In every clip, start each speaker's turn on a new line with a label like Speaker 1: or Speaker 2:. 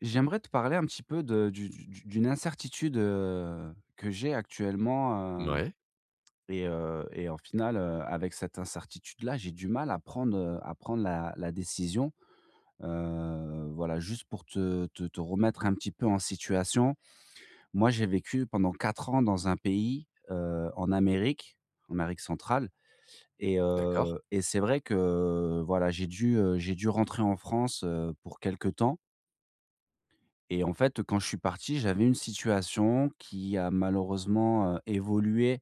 Speaker 1: J'aimerais te parler un petit peu de du d'une incertitude, que j'ai actuellement. Hem
Speaker 2: Ouais,
Speaker 1: Et en final, avec cette incertitude-là, j'ai du mal à prendre la décision. Voilà, juste pour te remettre un petit peu en situation. Moi, j'ai vécu pendant 4 ans dans un pays, en Amérique centrale. et heu
Speaker 2: d'accord,
Speaker 1: et c'est vrai que, voilà, j'ai dû rentrer en France, pour quelque temps. Et en fait, quand je suis parti, j'avais une situation qui a malheureusement, évolué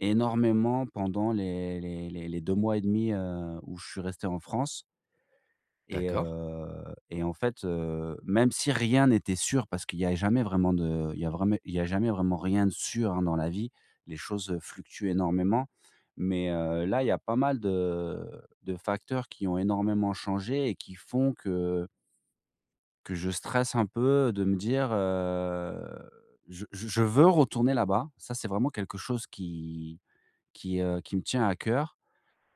Speaker 1: énormément pendant les 2 mois et demi 2 où je suis resté en France. et
Speaker 2: d'accord.
Speaker 1: heu et en fait, même si rien n'était sûr parce qu'il n'y a jamais vraiment de il y a vraiment il y a jamais vraiment rien de sûr, hein, dans la vie. Les choses, fluctuent énormément, mais là, il y a pas mal de facteurs qui ont énormément changé et qui font que je stresse un peu de me dire, je veux retourner là-bas. Ça, c'est vraiment quelque chose qui me tient à cœur.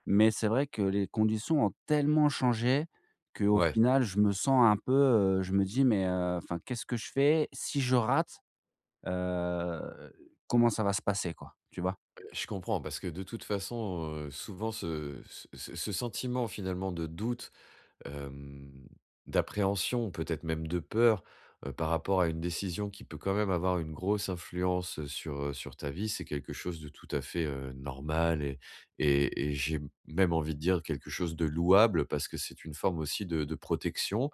Speaker 1: Mais c'est vrai que les conditions ont tellement changé qu'au
Speaker 2: Ouais,
Speaker 1: final, je me sens un peu, je me dis: «Mais, enfin, qu'est-ce que je fais? Si je rate, heu, comment ça va se passer, quoi?» tu vois?
Speaker 2: je comprends parce que de toute façon, souvent ce sentiment finalement de doute, hem, d'appréhension, peut-être même de peur, par rapport à une décision qui peut quand même avoir une grosse influence sur, sur ta vie. C'est quelque chose de tout à fait, normal, et j'ai même envie de dire quelque chose de louable parce que c'est une forme aussi de protection.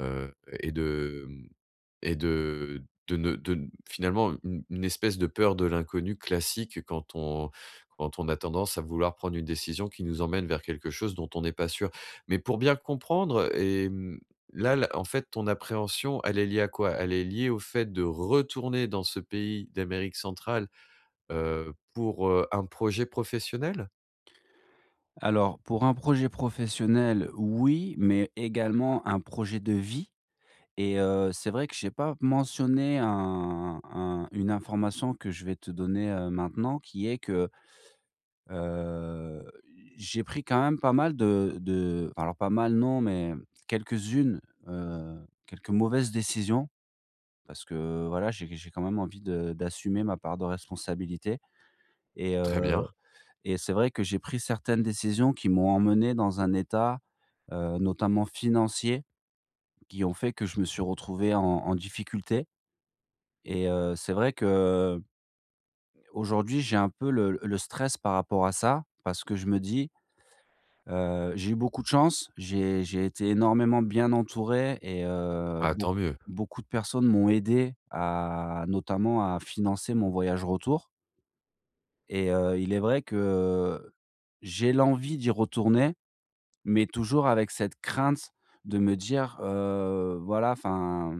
Speaker 2: Heu et de et de ne de Finalement, une espèce de peur de l'inconnu classique quand on a tendance à vouloir prendre une décision qui nous emmène vers quelque chose dont on n'est pas sûr. Mais pour bien comprendre, et mmh, là, en fait, ton appréhension, elle est liée à quoi? Elle est liée au fait de retourner dans ce pays d'Amérique centrale, pour, un projet professionnel?
Speaker 1: Alors pour un projet professionnel, oui, mais également un projet de vie. C'est vrai que j'ai pas mentionné un une information que je vais te donner, maintenant qui est que, heu, j'ai pris quand même pas mal de enfin, alors pas mal non, mais quelques-unes, quelques mauvaises décisions parce que voilà, j'ai quand même envie de d'assumer ma part de responsabilité. et
Speaker 2: Très
Speaker 1: heu
Speaker 2: bien.
Speaker 1: et c'est vrai que j'ai pris certaines décisions qui m'ont emmené dans un état, notamment financier, qui ont fait que je me suis retrouvé en en difficulté. C'est vrai que aujourd'hui j'ai un peu le stress par rapport à ça, parce que je me dis, j'ai eu beaucoup de chance, j'ai été énormément bien entouré et heu,
Speaker 2: Ah,
Speaker 1: beau
Speaker 2: tant mieux.
Speaker 1: beaucoup de personnes m'ont aidé à notamment à financer mon voyage retour. Il est vrai que j'ai l'envie d'y retourner. Mais toujours avec cette crainte de me dire, voilà, enfin,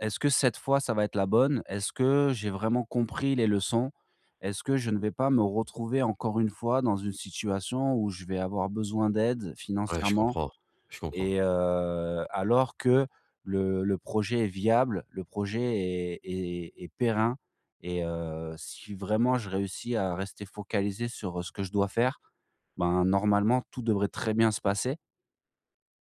Speaker 1: est-ce que cette fois, ça va être la bonne? Est-ce que j'ai vraiment compris les leçons? Est-ce que je ne vais pas me retrouver encore une fois dans une situation où je vais avoir besoin d'aide
Speaker 2: Ouais, je
Speaker 1: financièrement?
Speaker 2: comprends, je comprends.
Speaker 1: Alors que le projet est viable, le projet est périn. Si vraiment je réussis à rester focalisé sur, ce que je dois faire, ben, normalement tout devrait très bien se passer.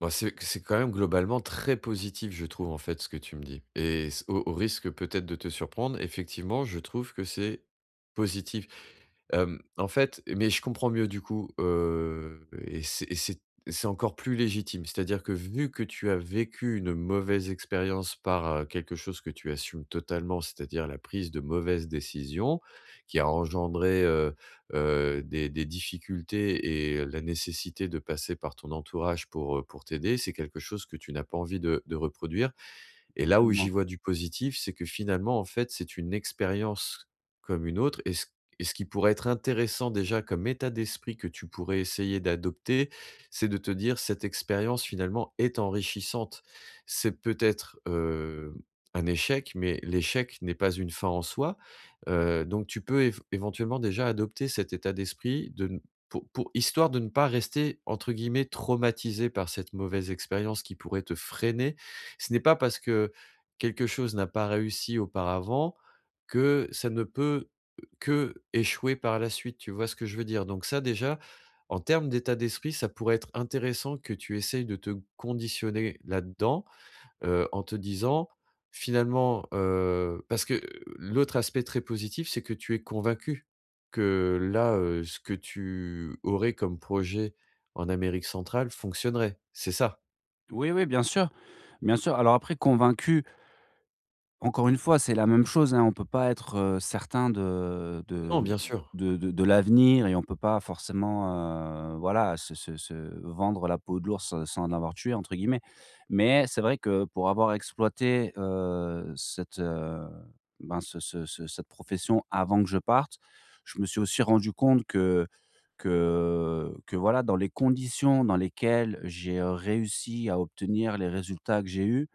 Speaker 2: Bah, c'est quand même globalement très positif, je trouve, en fait, ce que tu me dis, et s au risque peut-être de te surprendre, effectivement, je trouve que c'est positif. Hem, en fait, mais je comprends mieux du coup, heu, et c'est c'est encore plus légitime. C'est-à-dire que vu que tu as vécu une mauvaise expérience par, quelque chose que tu assumes totalement, c'est-à-dire la prise de mauvaises décisions qui a engendré, des difficultés et la nécessité de passer par ton entourage pour t'aider, c'est quelque chose que tu n'as pas envie de reproduire. Et là où
Speaker 1: Totalement.
Speaker 2: j'y vois du positif, c'est que finalement, en fait, c'est une expérience comme une autre, et ce qui pourrait être intéressant déjà comme état d'esprit que tu pourrais essayer d'adopter, c'est de te dire: «Cette expérience finalement est enrichissante». C'est peut-être, un échec, mais l'échec n'est pas une fin en soi, donc tu peux év éventuellement déjà adopter cet état d'esprit de n pour histoire de ne pas rester entre guillemets «traumatisé» par cette mauvaise expérience qui pourrait te freiner. Ce n'est pas parce que quelque chose n'a pas réussi auparavant que ça ne peut que échouer par la suite, tu vois ce que je veux dire? Donc ça déjà, en termes d'état d'esprit, ça pourrait être intéressant que tu essayes de te conditionner là-dedans, en te disant finalement, heu, parce que l'autre aspect très positif, c'est que tu es convaincu que là, ce que tu aurais comme projet en Amérique centrale fonctionnerait, c'est ça?
Speaker 1: Oui, oui, bien sûr, bien sûr. Alors après convaincu, encore une fois, c'est la même chose, hein, on peut pas être, certain
Speaker 2: Non, bien sûr.
Speaker 1: de l'avenir et on peut pas forcément, voilà, se vendre la peau de l'ours, sans l'avoir tué entre guillemets. Mais c'est vrai que pour avoir exploité, cette, ben, ce ce ce cette profession avant que je parte, je me suis aussi rendu compte que voilà, dans les conditions dans lesquelles j'ai, réussi à obtenir les résultats que j'ai eus,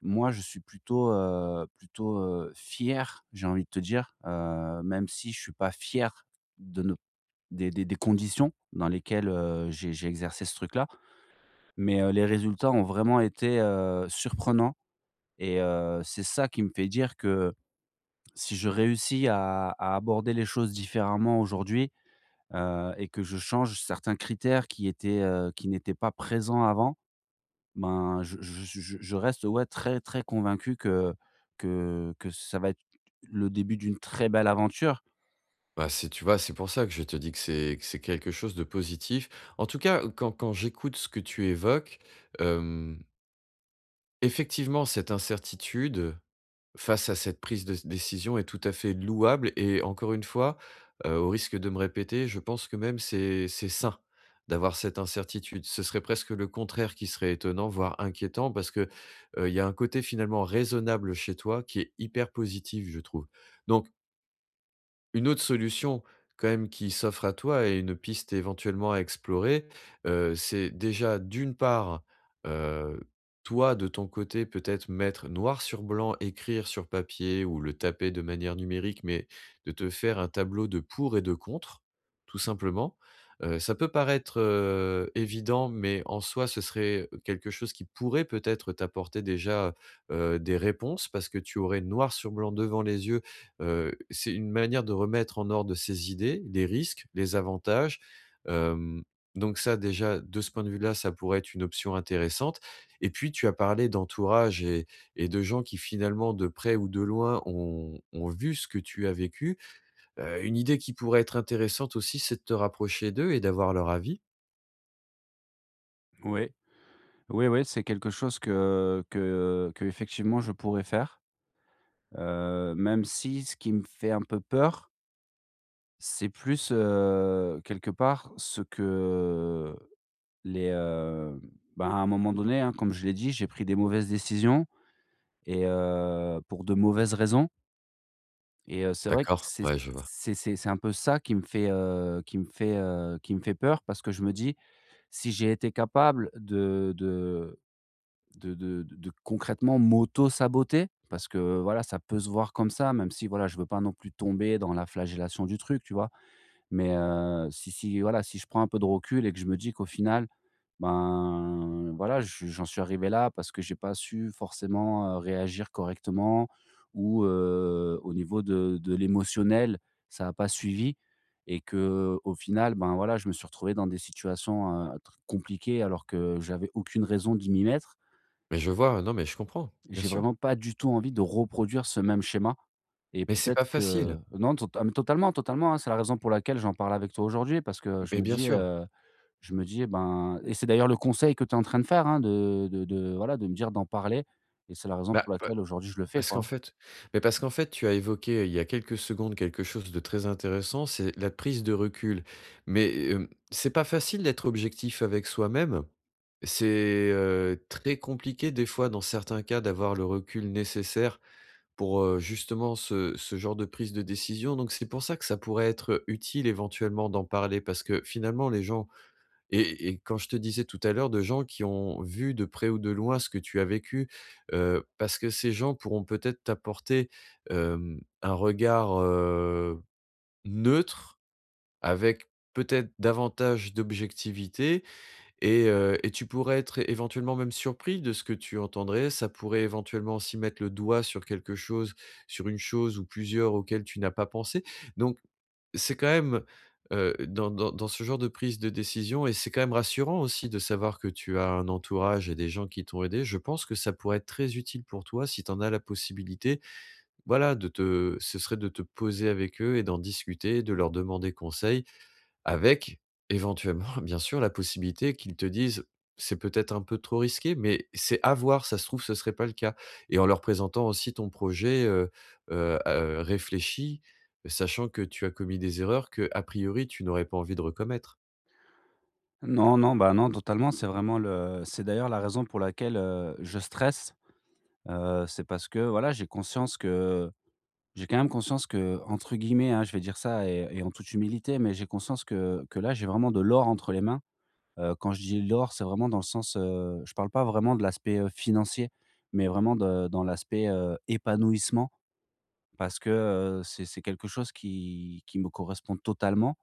Speaker 1: moi, je suis plutôt, fier, j'ai envie de te dire, même si je suis pas fier de ne des conditions dans lesquelles, j'ai exercé ce truc-là, mais, les résultats ont vraiment été, surprenants. C'est ça qui me fait dire que si je réussis à aborder les choses différemment aujourd'hui, et que je change certains critères qui étaient, qui n'étaient pas présents avant, ben, je reste, ouais, très, très convaincu que ça va être le début d'une très belle aventure.
Speaker 2: Bah, c'est, tu vois, c'est pour ça que je te dis que c'est quelque chose de positif. En tout cas, quand j'écoute ce que tu évoques, hem, effectivement, cette incertitude face à cette prise de décision est tout à fait louable, et encore une fois, au risque de me répéter, je pense que même c'est sain d'avoir cette incertitude. Ce serait presque le contraire qui serait étonnant, voire inquiétant, parce que, il y a un côté finalement raisonnable chez toi qui est hyper positif, je trouve. Donc une autre solution quand même qui s'offre à toi, et une piste éventuellement à explorer, c'est déjà d'une part, heu, toi de ton côté, peut-être mettre noir sur blanc, écrire sur papier ou le taper de manière numérique, mais de te faire un tableau de pour et de contre, tout simplement. Ça peut paraître, évident, mais en soi ce serait quelque chose qui pourrait peut-être t'apporter déjà, des réponses, parce que tu aurais noir sur blanc devant les yeux. C'est une manière de remettre en ordre ses idées, les risques, les avantages, hem, donc ça déjà, de ce point de vue-là, ça pourrait être une option intéressante. Et puis tu as parlé d'entourage, et de gens qui finalement, de près ou de loin, ont vu ce que tu as vécu. Une idée qui pourrait être intéressante aussi, c'est de te rapprocher d'eux et d'avoir leur avis.
Speaker 1: Oui, oui, oui, c'est quelque chose que effectivement je pourrais faire, même si ce qui me fait un peu peur, c'est plus, quelque part ce que les, ben, à un moment donné, hein, comme je l'ai dit, j'ai pris des mauvaises décisions pour de mauvaises raisons. C'est vrai que
Speaker 2: D'accord, ouais, je vois.
Speaker 1: c'est un peu ça qui me fait, qui me fait peur parce que je me dis: «Si j'ai été capable de concrètement m'auto-saboter» parce que, voilà, ça peut se voir comme ça, même si, voilà, je veux pas non plus tomber dans la flagellation du truc, tu vois? Mais si si voilà, si je prends un peu de recul et que je me dis qu'au final, ben, voilà, je j'en suis arrivé là parce que j'ai pas su forcément, réagir correctement ou au niveau de l'émotionnel, ça a pas suivi et que au final, ben, voilà, je me suis retrouvé dans des situations, tr compliquées alors que j'avais aucune raison d'y m'y mettre.
Speaker 2: Mais je vois, non, mais je comprends, bien
Speaker 1: J'ai
Speaker 2: sûr.
Speaker 1: vraiment pas du tout envie de reproduire ce même schéma et
Speaker 2: Mais c'est
Speaker 1: peut-être
Speaker 2: pas
Speaker 1: que
Speaker 2: facile,
Speaker 1: non, tot ah mais totalement, totalement, hein. C'est la raison pour laquelle j'en parle avec toi aujourd'hui parce que
Speaker 2: mais bien sûr.
Speaker 1: je me dis, ben et c'est d'ailleurs le conseil que tu es en train de faire, hein, de voilà, de me dire d'en parler et c'est la raison
Speaker 2: Bah,
Speaker 1: pour laquelle aujourd'hui je le fais,
Speaker 2: Parce qu'en
Speaker 1: quoi.
Speaker 2: fait mais parce qu'en fait, tu as évoqué, il y a quelques secondes, quelque chose de très intéressant, c'est la prise de recul. Mais, hem, c'est pas facile d'être objectif avec soi-même. C'est, très compliqué des fois, dans certains cas, d'avoir le recul nécessaire pour, justement ce genre de prise de décision. Donc c'est pour ça que ça pourrait être utile éventuellement d'en parler, parce que finalement les gens, et quand je te disais tout à l'heure, de gens qui ont vu de près ou de loin ce que tu as vécu, parce que ces gens pourront peut-être t'apporter, hem, un regard, neutre, avec peut-être davantage d'objectivité. Et tu pourrais être éventuellement même surpris de ce que tu entendrais. Ça pourrait éventuellement aussi mettre le doigt sur quelque chose, sur une chose ou plusieurs auxquelles tu n'as pas pensé. Donc c'est quand même, dans ce genre de prise de décision, et c'est quand même rassurant aussi de savoir que tu as un entourage et des gens qui t'ont aidé. Je pense que ça pourrait être très utile pour toi si tu en as la possibilité. Voilà, de te ce serait de te poser avec eux et d'en discuter, de leur demander conseil, avec éventuellement, bien sûr, la possibilité qu'ils te disent: «C'est peut-être un peu trop risqué, mais c'est à voir, ça se trouve, ce serait pas le cas», et en leur présentant aussi ton projet, réfléchi, sachant que tu as commis des erreurs que a priori, tu n'aurais pas envie de recommettre.
Speaker 1: Non, non, bah, non, totalement, c'est vraiment le c'est d'ailleurs la raison pour laquelle, je stresse, c'est parce que voilà, j'ai conscience que j'ai quand même conscience que, entre guillemets, hein, je vais dire ça et en toute humilité, mais j'ai conscience que là, j'ai vraiment de l'or entre les mains. Quand je dis l'or, c'est vraiment dans le sens, je parle pas vraiment de l'aspect, financier, mais vraiment de dans l'aspect, épanouissement parce que, c'est quelque chose qui me correspond totalement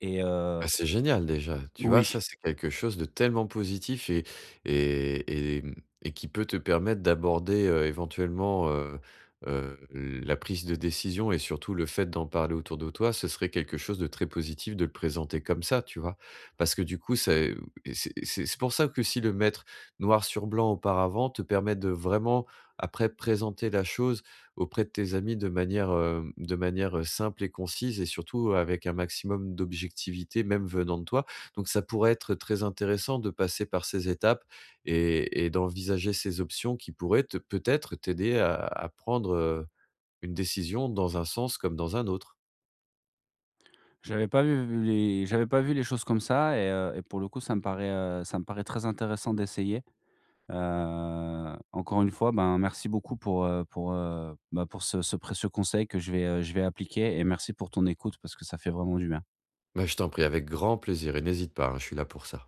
Speaker 1: et heu
Speaker 2: Ah, c'est génial déjà, tu vois?
Speaker 1: oui,
Speaker 2: Ça, c'est quelque chose de tellement positif, et et mmh et qui peut te permettre d'aborder, éventuellement, la prise de décision, et surtout le fait d'en parler autour de toi. Ce serait quelque chose de très positif de le présenter comme ça, tu vois? Parce que du coup, c'est, c'est pour ça que si le mettre noir sur blanc auparavant te permet de vraiment après présenter la chose auprès de tes amis de manière, simple et concise, et surtout avec un maximum d'objectivité, même venant de toi. Donc ça pourrait être très intéressant de passer par ces étapes, et d'envisager ces options qui pourraient te peut-être t'aider à prendre, une décision dans un sens comme dans un autre.
Speaker 1: j'avais pas vu les choses comme ça et pour le coup, ça me paraît très intéressant d'essayer. Encore une fois, ben, merci beaucoup pour, bah, pour ce précieux conseil que je vais appliquer et merci pour ton écoute parce que ça fait vraiment du bien.
Speaker 2: Bah, je t'en prie, avec grand plaisir, et n'hésite pas, hein, je suis là pour ça.